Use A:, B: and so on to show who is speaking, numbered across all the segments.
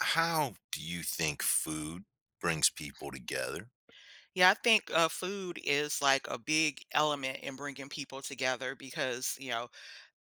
A: How do you think food brings people together?
B: Yeah, I think food is like a big element in bringing people together because you know,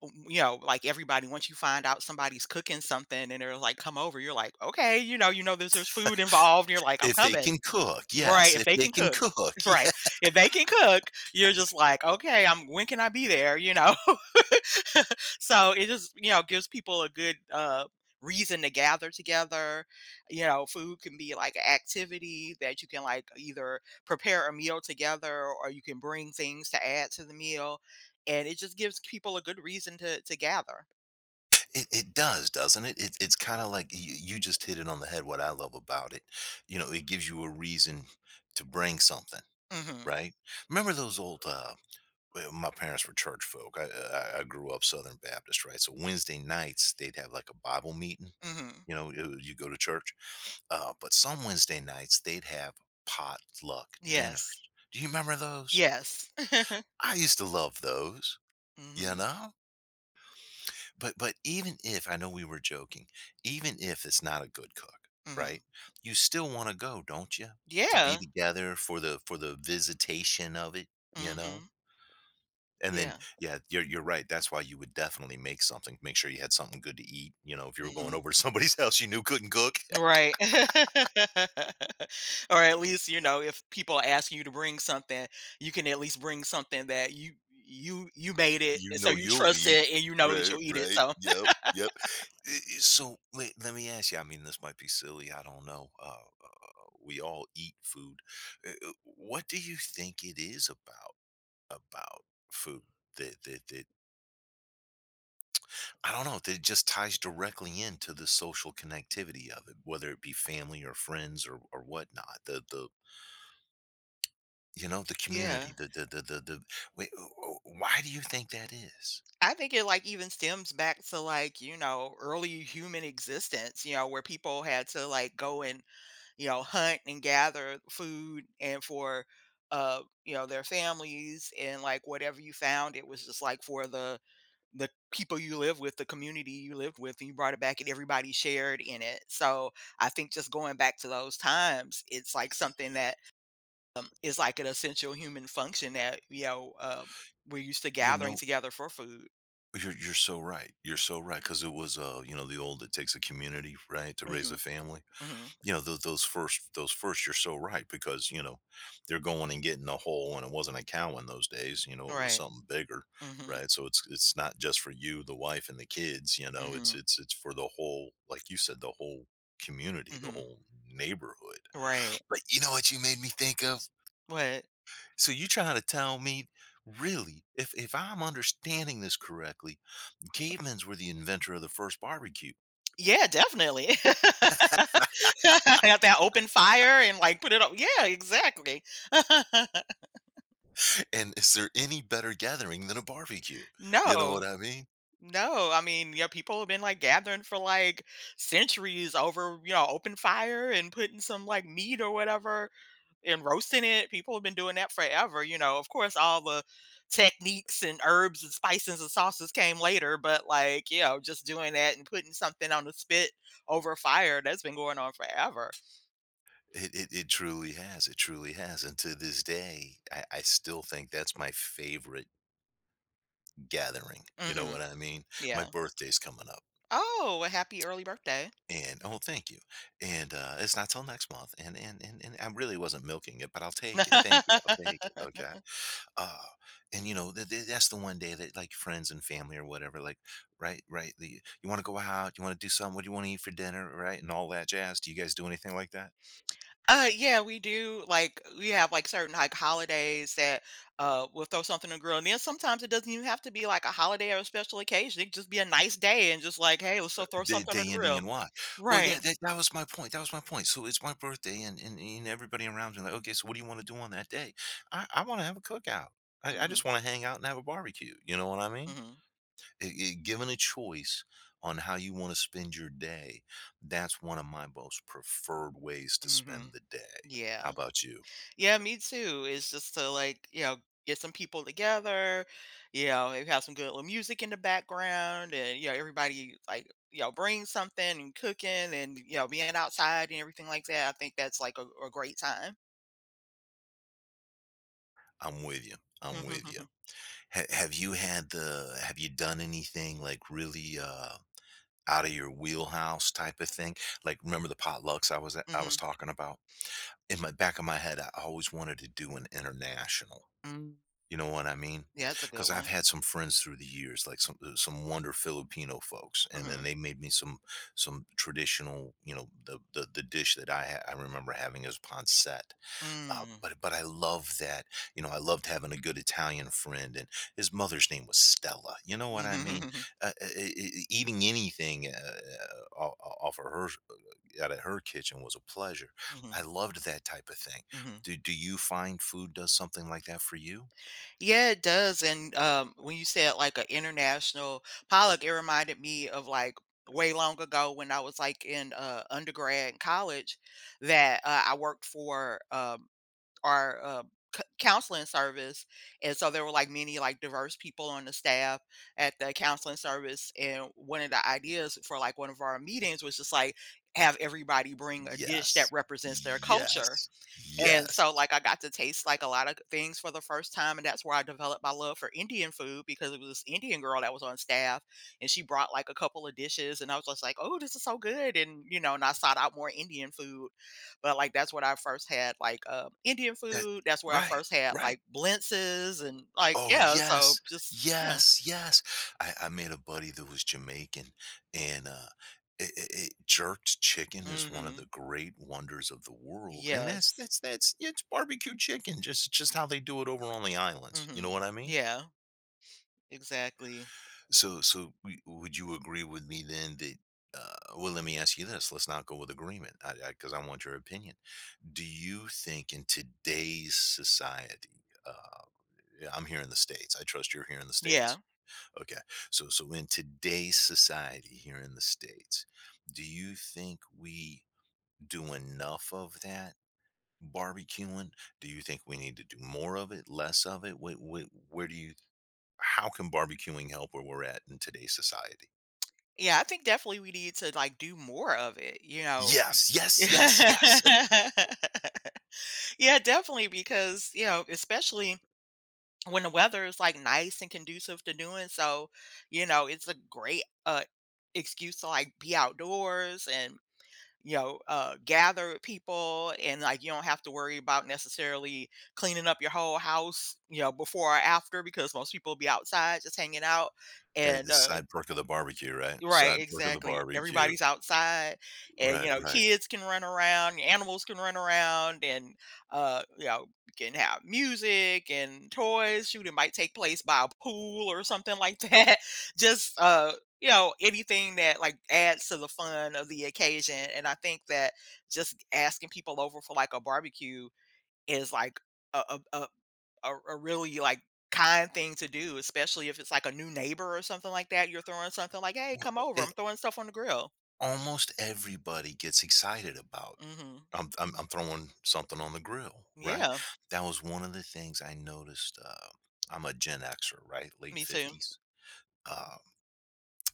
B: w- you know, like everybody. Once you find out somebody's cooking something and they're like, "Come over," you're like, "Okay," there's food involved. You're like, "I'm
A: If they
B: coming,"
A: can cook,
B: right?
A: yes,
B: If
A: if
B: they
A: they
B: can
A: can
B: cook,
A: cook,
B: right?
A: yeah,
B: If they can cook, you're just like, "Okay, I'm. When can I be there?" You know. So it just gives people a good reason to gather together. You know, food can be like an activity that you can like either prepare a meal together or you can bring things to add to the meal, and it just gives people a good reason to gather.
A: it does, doesn't it? It's kind of like you just hit it on the head. What I love about it, you know, it gives you a reason to bring something,
B: Mhm.
A: right? Remember those old, well, my parents were church folk. I grew up Southern Baptist, right? So Wednesday nights, they'd have like a Bible meeting.
B: Mhm.
A: You know, you go to church. But some Wednesday nights they'd have potluck dinners.
B: Yes.
A: Do you remember those?
B: Yes.
A: I used to love those, you
B: Mhm.
A: know? But even if I know we were joking, even if it's not a good cook,
B: Mhm.
A: right? You still want to go, don't you? To be
B: Yeah.
A: together for the visitation of it, you know?
B: Mhm.
A: And then
B: Yeah.
A: yeah, you're right. That's why you would definitely make something. Make sure you had something good to eat, you know, if you were going
B: Mm-hmm.
A: over to somebody's house you knew couldn't cook.
B: Right. Or at least, you know, if people are asking you to bring something, you can at least bring something that you made it,
A: You
B: and so
A: know
B: you
A: you'll
B: trust
A: lead.
B: it and you know that
A: Right,
B: you'll eat it,
A: right.
B: so.
A: Yep, yep. So let me ask you, I mean, this might be silly. I don't know. We all eat food. What do you think it is about food that I don't know, that it just ties directly into the social connectivity of it, whether it be family or friends or whatnot, you know, the
B: Yeah.
A: community, why do you think that is?
B: I think it like even stems back to like, you know, early human existence, you know, where people had to like go and, you know, hunt and gather food and for you know, their families, and like whatever you found, it was just like for the people you live with, the community you lived with, and you brought it back and everybody shared in it. So I think just going back to those times, it's like something that is like an essential human function that, you know, we're used to
A: You
B: gathering
A: know,
B: together for food.
A: you're so right. You're so right because it was, you know, the old "it takes a community, right, to raise a
B: Hmm.
A: family."
B: Hmm.
A: You know, those first you're so right because, you know, they're going and getting a hole, and it wasn't a cow in those days, you know, it was
B: Right.
A: something bigger,
B: Hmm.
A: right? So it's not just for you, the wife, and the kids, you know, it's
B: Hmm.
A: it's it's for the whole, like you said, the whole community, the
B: Hmm.
A: whole neighborhood.
B: Right.
A: But you know what you made me think of?
B: What?
A: So you trying to tell me, really, if I'm understanding this correctly, cavemen's were the inventor of the first barbecue.
B: Yeah, definitely. Have that open fire and like put it up. Yeah, exactly.
A: And is there any better gathering than a barbecue? You know
B: No.
A: what I mean?
B: No, I mean, yeah, people have been like gathering for like centuries over, you know, open fire and putting some like meat or whatever and roasting it. People have been doing that forever, you know. Of course, all the techniques and herbs and spices and sauces came later, but like, you know, just doing that and putting something on the spit over fire, that's been going on forever.
A: It truly has. It truly has. And to this day, I still think that's my favorite gathering. You know
B: Hmm.
A: what I mean? My
B: Yeah.
A: birthday's coming up.
B: Oh, a happy early birthday.
A: And oh, thank you. And it's not till next month. And I really wasn't milking it, but I'll take it. Thank you. I'll take it. Okay. Uh, and you know that's the one day that like friends and family or whatever, like right, right. The, you want to go out? You want to do something? What do you want to eat for dinner? Right, and all that jazz. Do you guys do anything like that?
B: Yeah, we do. Like, we have like certain like holidays that we'll throw something in the grill, and then sometimes it doesn't even have to be like a holiday or a special occasion. It could just be a nice day, and just like, hey, let's so throw
A: Day
B: something on
A: day
B: the
A: ending
B: grill,
A: in Y. Well, yeah,
B: right?
A: that was my point, that was my point. So it's my birthday and everybody around me like, "Okay, so what do you wanna do on that day?" "I wanna have a cookout. I
B: Hmm.
A: just wanna hang out and have a barbecue." You know what I mean?
B: Hmm.
A: I given a choice on how you wanna spend your day, that's one of my most preferred ways to
B: Hmm.
A: spend the day. How
B: Yeah,
A: about you?
B: yeah, me too. It's just to like you know get some people together, you know, maybe have some good little music in the background, and you know everybody like you know bring something and cooking and you know being outside and everything like that. I think that's like a great time.
A: I'm with you, I'm with you.
B: Mhm.
A: Ha Have you had the have you done anything, like, really, out of your wheelhouse type of thing. Like, remember the potlucks I was
B: Mhm.
A: talking about? In my back of my head, I always wanted to do an international.
B: Mm.
A: You know what I mean?
B: Yeah, that's a good
A: Because I've
B: one.
A: had some friends through the years, like some wonder Filipino folks, and then they
B: Mhm.
A: made me some traditional, you know, the dish that I remember having is pancet, uh,
B: Mm.
A: but but I love that. You know, I loved having a good Italian friend, and his mother's name was Stella. You know what I mean?
B: Mhm.
A: Eating anything off of her out of her kitchen was a pleasure.
B: Mhm.
A: I loved that type of thing.
B: Mhm.
A: Do you find food does something like that for you?
B: Yeah, it does, and, when you said, like, an international Pollock, it reminded me of, like, way long ago when I was, like, in, undergrad and college, that, I worked for, our, c counseling service, and so there were, like, many, like, diverse people on the staff at the counseling service, and one of the ideas for, like, one of our meetings was just, like, have everybody bring a dish
A: Yes,
B: that represents their culture.
A: yes,
B: And
A: yes.
B: so, like, I got to taste, like, a lot of things for the first time, and that's where I developed my love for Indian food because it was this Indian girl that was on staff, and she brought, like, a couple of dishes, and I was just like, "Oh, this is so good," and, you know, and I sought out more Indian food, but, like, that's what I first had, like, Indian
A: That
B: food, that's where I
A: right,
B: first had,
A: right.
B: like, blintzes and, like,
A: Oh,
B: yeah, so
A: yes.
B: just yeah.
A: Yes, yes. I made a buddy that was Jamaican, and, it it it jerked chicken is one of the
B: Mhm.
A: great wonders of the world, and
B: Yes.
A: that's it's barbecue chicken, just how they do it over on the islands, you know what
B: Mhm.
A: I mean?
B: Yeah, exactly.
A: So so w would you agree with me then that well, let me ask you this, let's not go with agreement, because I 'cause I want your opinion. Do you think in today's society, yeah, I'm here in the States, I trust you're here in the States?
B: Yeah.
A: Okay. So so in today's society here in the States, do you think we do enough of that barbecuing? Do you think we need to do more of it, less of it? What, where do you how can barbecuing help where we're at in today's society?
B: Yeah, I think definitely we need to, like, do more of it, you know?
A: Yes, yes, yes, yes.
B: Yeah, definitely because, you know, especially when the weather is like nice and conducive to doing so, you know, it's a great excuse to like be outdoors and you know, gather with people, and like you don't have to worry about necessarily cleaning up your whole house, you know, before or after because most people be outside just hanging out
A: The
B: and
A: side perk of the barbecue, right?
B: Right,
A: Side perk of the
B: exactly.
A: barbecue.
B: Everybody's outside and, you
A: Right,
B: know,
A: right.
B: kids can run around, animals can run around and, you know, you can have music and toys. Shooting might take place by a pool or something like that. Just, you know, anything that like adds to the fun of the occasion. And I think that just asking people over for like a barbecue is like, a, a, a a really like kind thing to do, especially if it's like a new neighbor or something like that. You're throwing something like, "Hey, come over!
A: Well,
B: I'm throwing stuff on the grill."
A: almost everybody gets excited about
B: Hmm.
A: I'm throwing something on the grill, right?
B: Yeah,
A: That was one of the things I noticed, I'm a Gen Xer, right? Late
B: me too.
A: 50s. Uh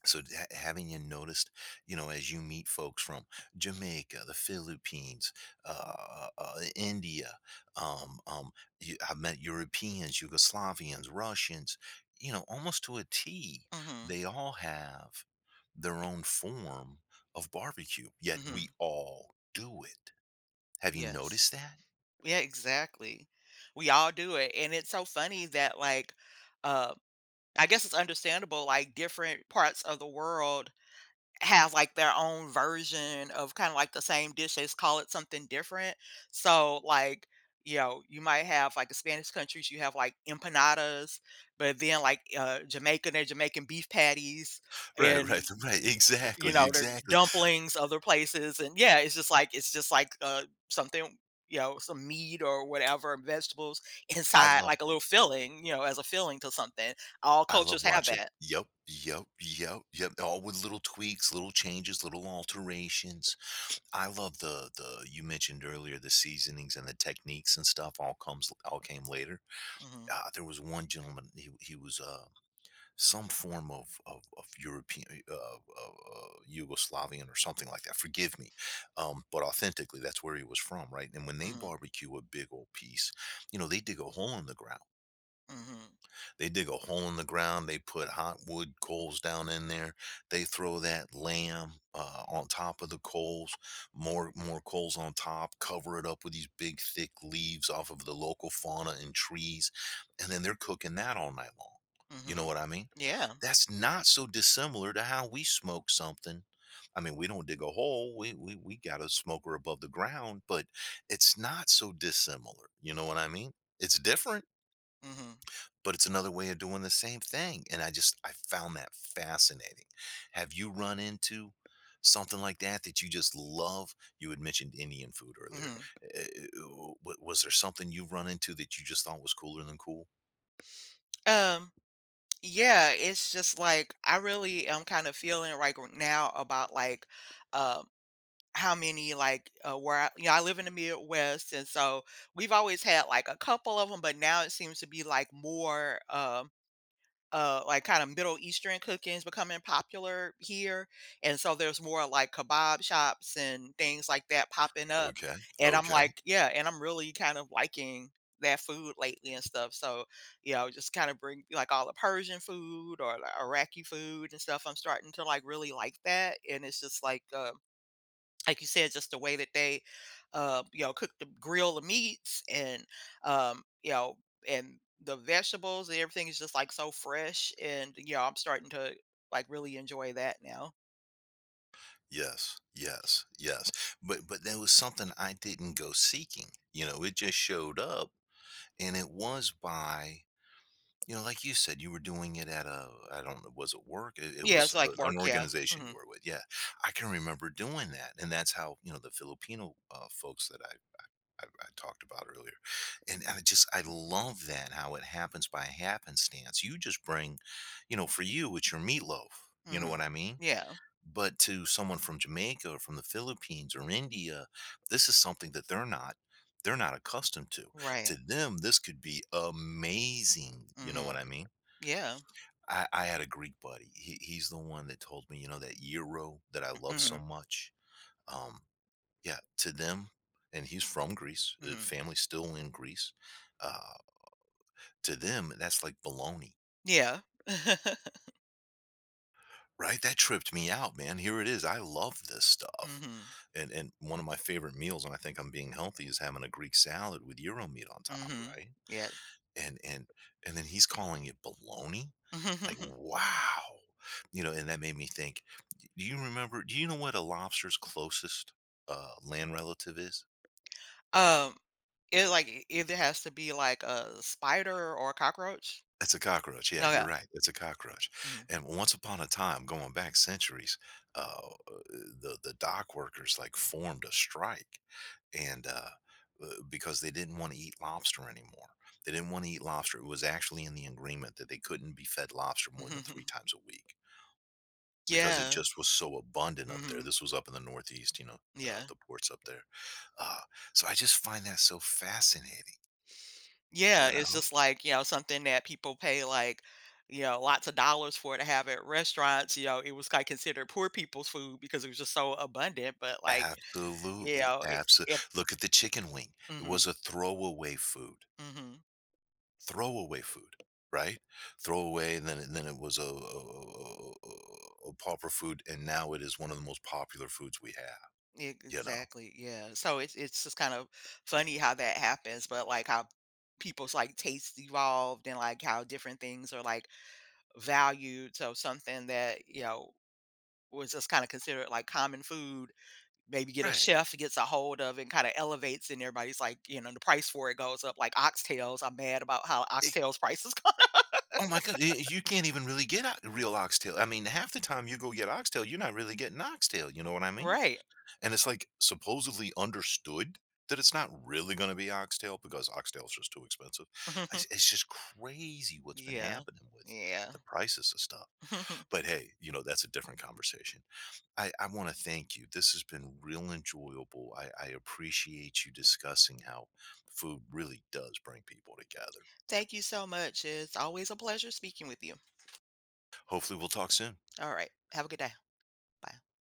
A: Having you noticed you know as you meet folks from Jamaica, the Philippines, India, um, um, I've met Europeans, Yugoslavians, Russians, you know almost to a T,
B: Hmm.
A: they all have their own form of barbecue, yet we
B: Hmm.
A: all do it. Have you
B: Yes.
A: noticed that?
B: Yeah, exactly. We all do it, and it's so funny that like, uh, I guess it's understandable. Like different parts of the world have, like, their own version of kinda like the same dish, they just call it something different. So, like, you know, you might have, like, the Spanish countries, you have, like, empanadas, but then, like, Jamaica, they're Jamaican beef patties
A: Right,
B: and,
A: right. Right,
B: you
A: exactly,
B: know, they're
A: exactly.
B: dumplings other places, and yeah, it's just like, something, you know, some meat or whatever, vegetables
A: i
B: inside,
A: love
B: like, a little filling, you know, as a filling to something. All
A: I love
B: cultures have
A: watching.
B: that.
A: Yep, yep, yep, yep, all with little tweaks, little changes, little alterations. I love the you mentioned earlier the seasonings and the techniques and stuff all came later.
B: Mhm.
A: There was one gentleman, he was some form of European Yugoslavian or something like that. Forgive me, but authentically, that's where he was from, right? And when they
B: Mhm.
A: barbecue a big old piece, you know, they dig a hole in the ground.
B: Mhm.
A: They dig a hole in the ground. They put hot wood coals down in there. They throw that lamb on top of the coals, more coals on top, cover it up with these big thick leaves off of the local fauna and trees, and then they're cooking that all night long. You know
B: Mhm.
A: what I mean?
B: Yeah.
A: That's not so dissimilar to how we smoke something. I mean, we don't dig a hole. We got a smoker above the ground, but it's not so dissimilar. You know what I mean? It's different
B: Mhm.
A: but it's another way of doing the same thing. And I found that fascinating. Have you run into something like that that you just love? You had mentioned Indian food earlier.
B: Mhm.
A: Eh, eh, eh, w- Was there something you've run into that you just thought was cooler than cool?
B: Um, yeah, it's just like I really am kind of feeling right now about like um how many like where I, you know, I live in the Midwest, and so we've always had like a couple of them, but now it seems to be like more. Like kind of Middle Eastern cooking is becoming popular here, and so there's more like kebab shops and things like that popping up,
A: Okay.
B: and I'm
A: Okay.
B: like, yeah, and I'm really kind of liking that food lately and stuff. So, you know, just kind of bring like all the Persian food or the Iraqi food and stuff. I'm starting to like really like that, and it's just like you said, just the way that they, you know, cook the grill the meats and, you know, and the vegetables and everything is just like so fresh. And you know, I'm starting to like really enjoy that now.
A: Yes. Yes. Yes. But there was something I didn't go seeking. You know, it just showed up and it was by you know, like you said, you were doing it at a, I don't know, was it work? It
B: Yeah, it's
A: was
B: like
A: an
B: work. Yeah.
A: organization you
B: Hmm.
A: were with. Yeah, I can remember doing that, and that's how you know the Filipino folks that I talked about earlier, and I love that how it happens by happenstance. You just bring, you know, for you it's your meatloaf. You know what
B: Hmm.
A: I mean?
B: Yeah.
A: But to someone from Jamaica or from the Philippines or India, this is something that they're not accustomed to.
B: Right.
A: To them, this could be amazing. You know what
B: Hmm.
A: I mean?
B: Yeah.
A: I had a Greek buddy. He's the one that told me, you know, that gyro that I love so
B: Hmm.
A: much. Um, yeah, to them, and he's from Greece.
B: Hmm.
A: Family still in Greece. Uh, to them, that's like baloney,
B: Yeah.
A: right? That tripped me out, man. Here it is. I love this stuff,
B: Hmm.
A: and one of my favorite meals, and I think I'm being healthy, is having a Greek salad with gyro meat on top,
B: Hmm.
A: right?
B: Yes.
A: and and and then he's calling it baloney, like wow, you know, and that made me think, do you remember, do you know what a lobster's closest land relative is?
B: um, it like it either has to be like a spider or a cockroach.
A: It's a cockroach. Yeah, you're
B: Okay.
A: right, it's a cockroach. And once upon a time, going back centuries, uh, the dock workers like formed a strike. And Because they didn't want to eat lobster anymore, they didn't want to eat lobster it was actually in the agreement that they couldn't be fed lobster more than
B: Hmm.
A: three times a week because it
B: Yeah.
A: just was so abundant up there.
B: Mhm.
A: This was up in the Northeast, you know,
B: Yeah.
A: the ports up there. Uh, so I just find that so fascinating,
B: Yeah,
A: you
B: it's
A: know?
B: just like, you know, something that people pay like, you know, lots of dollars for to have at restaurants, you know, it was like considered poor people's food because it was just so abundant, but like, you
A: Absolutely.
B: know, it,
A: Absolutely.
B: it
A: Look at the chicken wing. It was
B: mhm,
A: a
B: mhm.
A: throwaway food, right? Throwaway. And then it was a pauper food. And now it is one of the most popular foods we have, you know?
B: Exactly. Yeah. So it's just kind of funny how that happens, but like how people's like tastes evolved and like how different things are like valued. So something that, you know, was just kind of considered like common food. Maybe get a
A: Right.
B: chef gets a hold of and kinda elevates and everybody's like, you know, the price for it goes up, like oxtails. I'm mad about how oxtails prices go.
A: Oh my god, y you can't even really get o real oxtail. I mean, half the time you go get oxtail, you're not really getting oxtail, you know what I mean?
B: Right.
A: And it's, like, supposedly understood that it's not really gonna be oxtail because oxtail is just too expensive. It's it's just crazy what's been
B: Yeah.
A: happening with
B: Yeah.
A: the prices of stuff. But hey, you know, that's a different conversation. I wanna thank you. This has been real enjoyable. I appreciate you discussing how food really does bring people together.
B: Thank you so much. It's always a pleasure speaking with you.
A: Hopefully, we'll talk soon.
B: All right. Have a good day. Bye.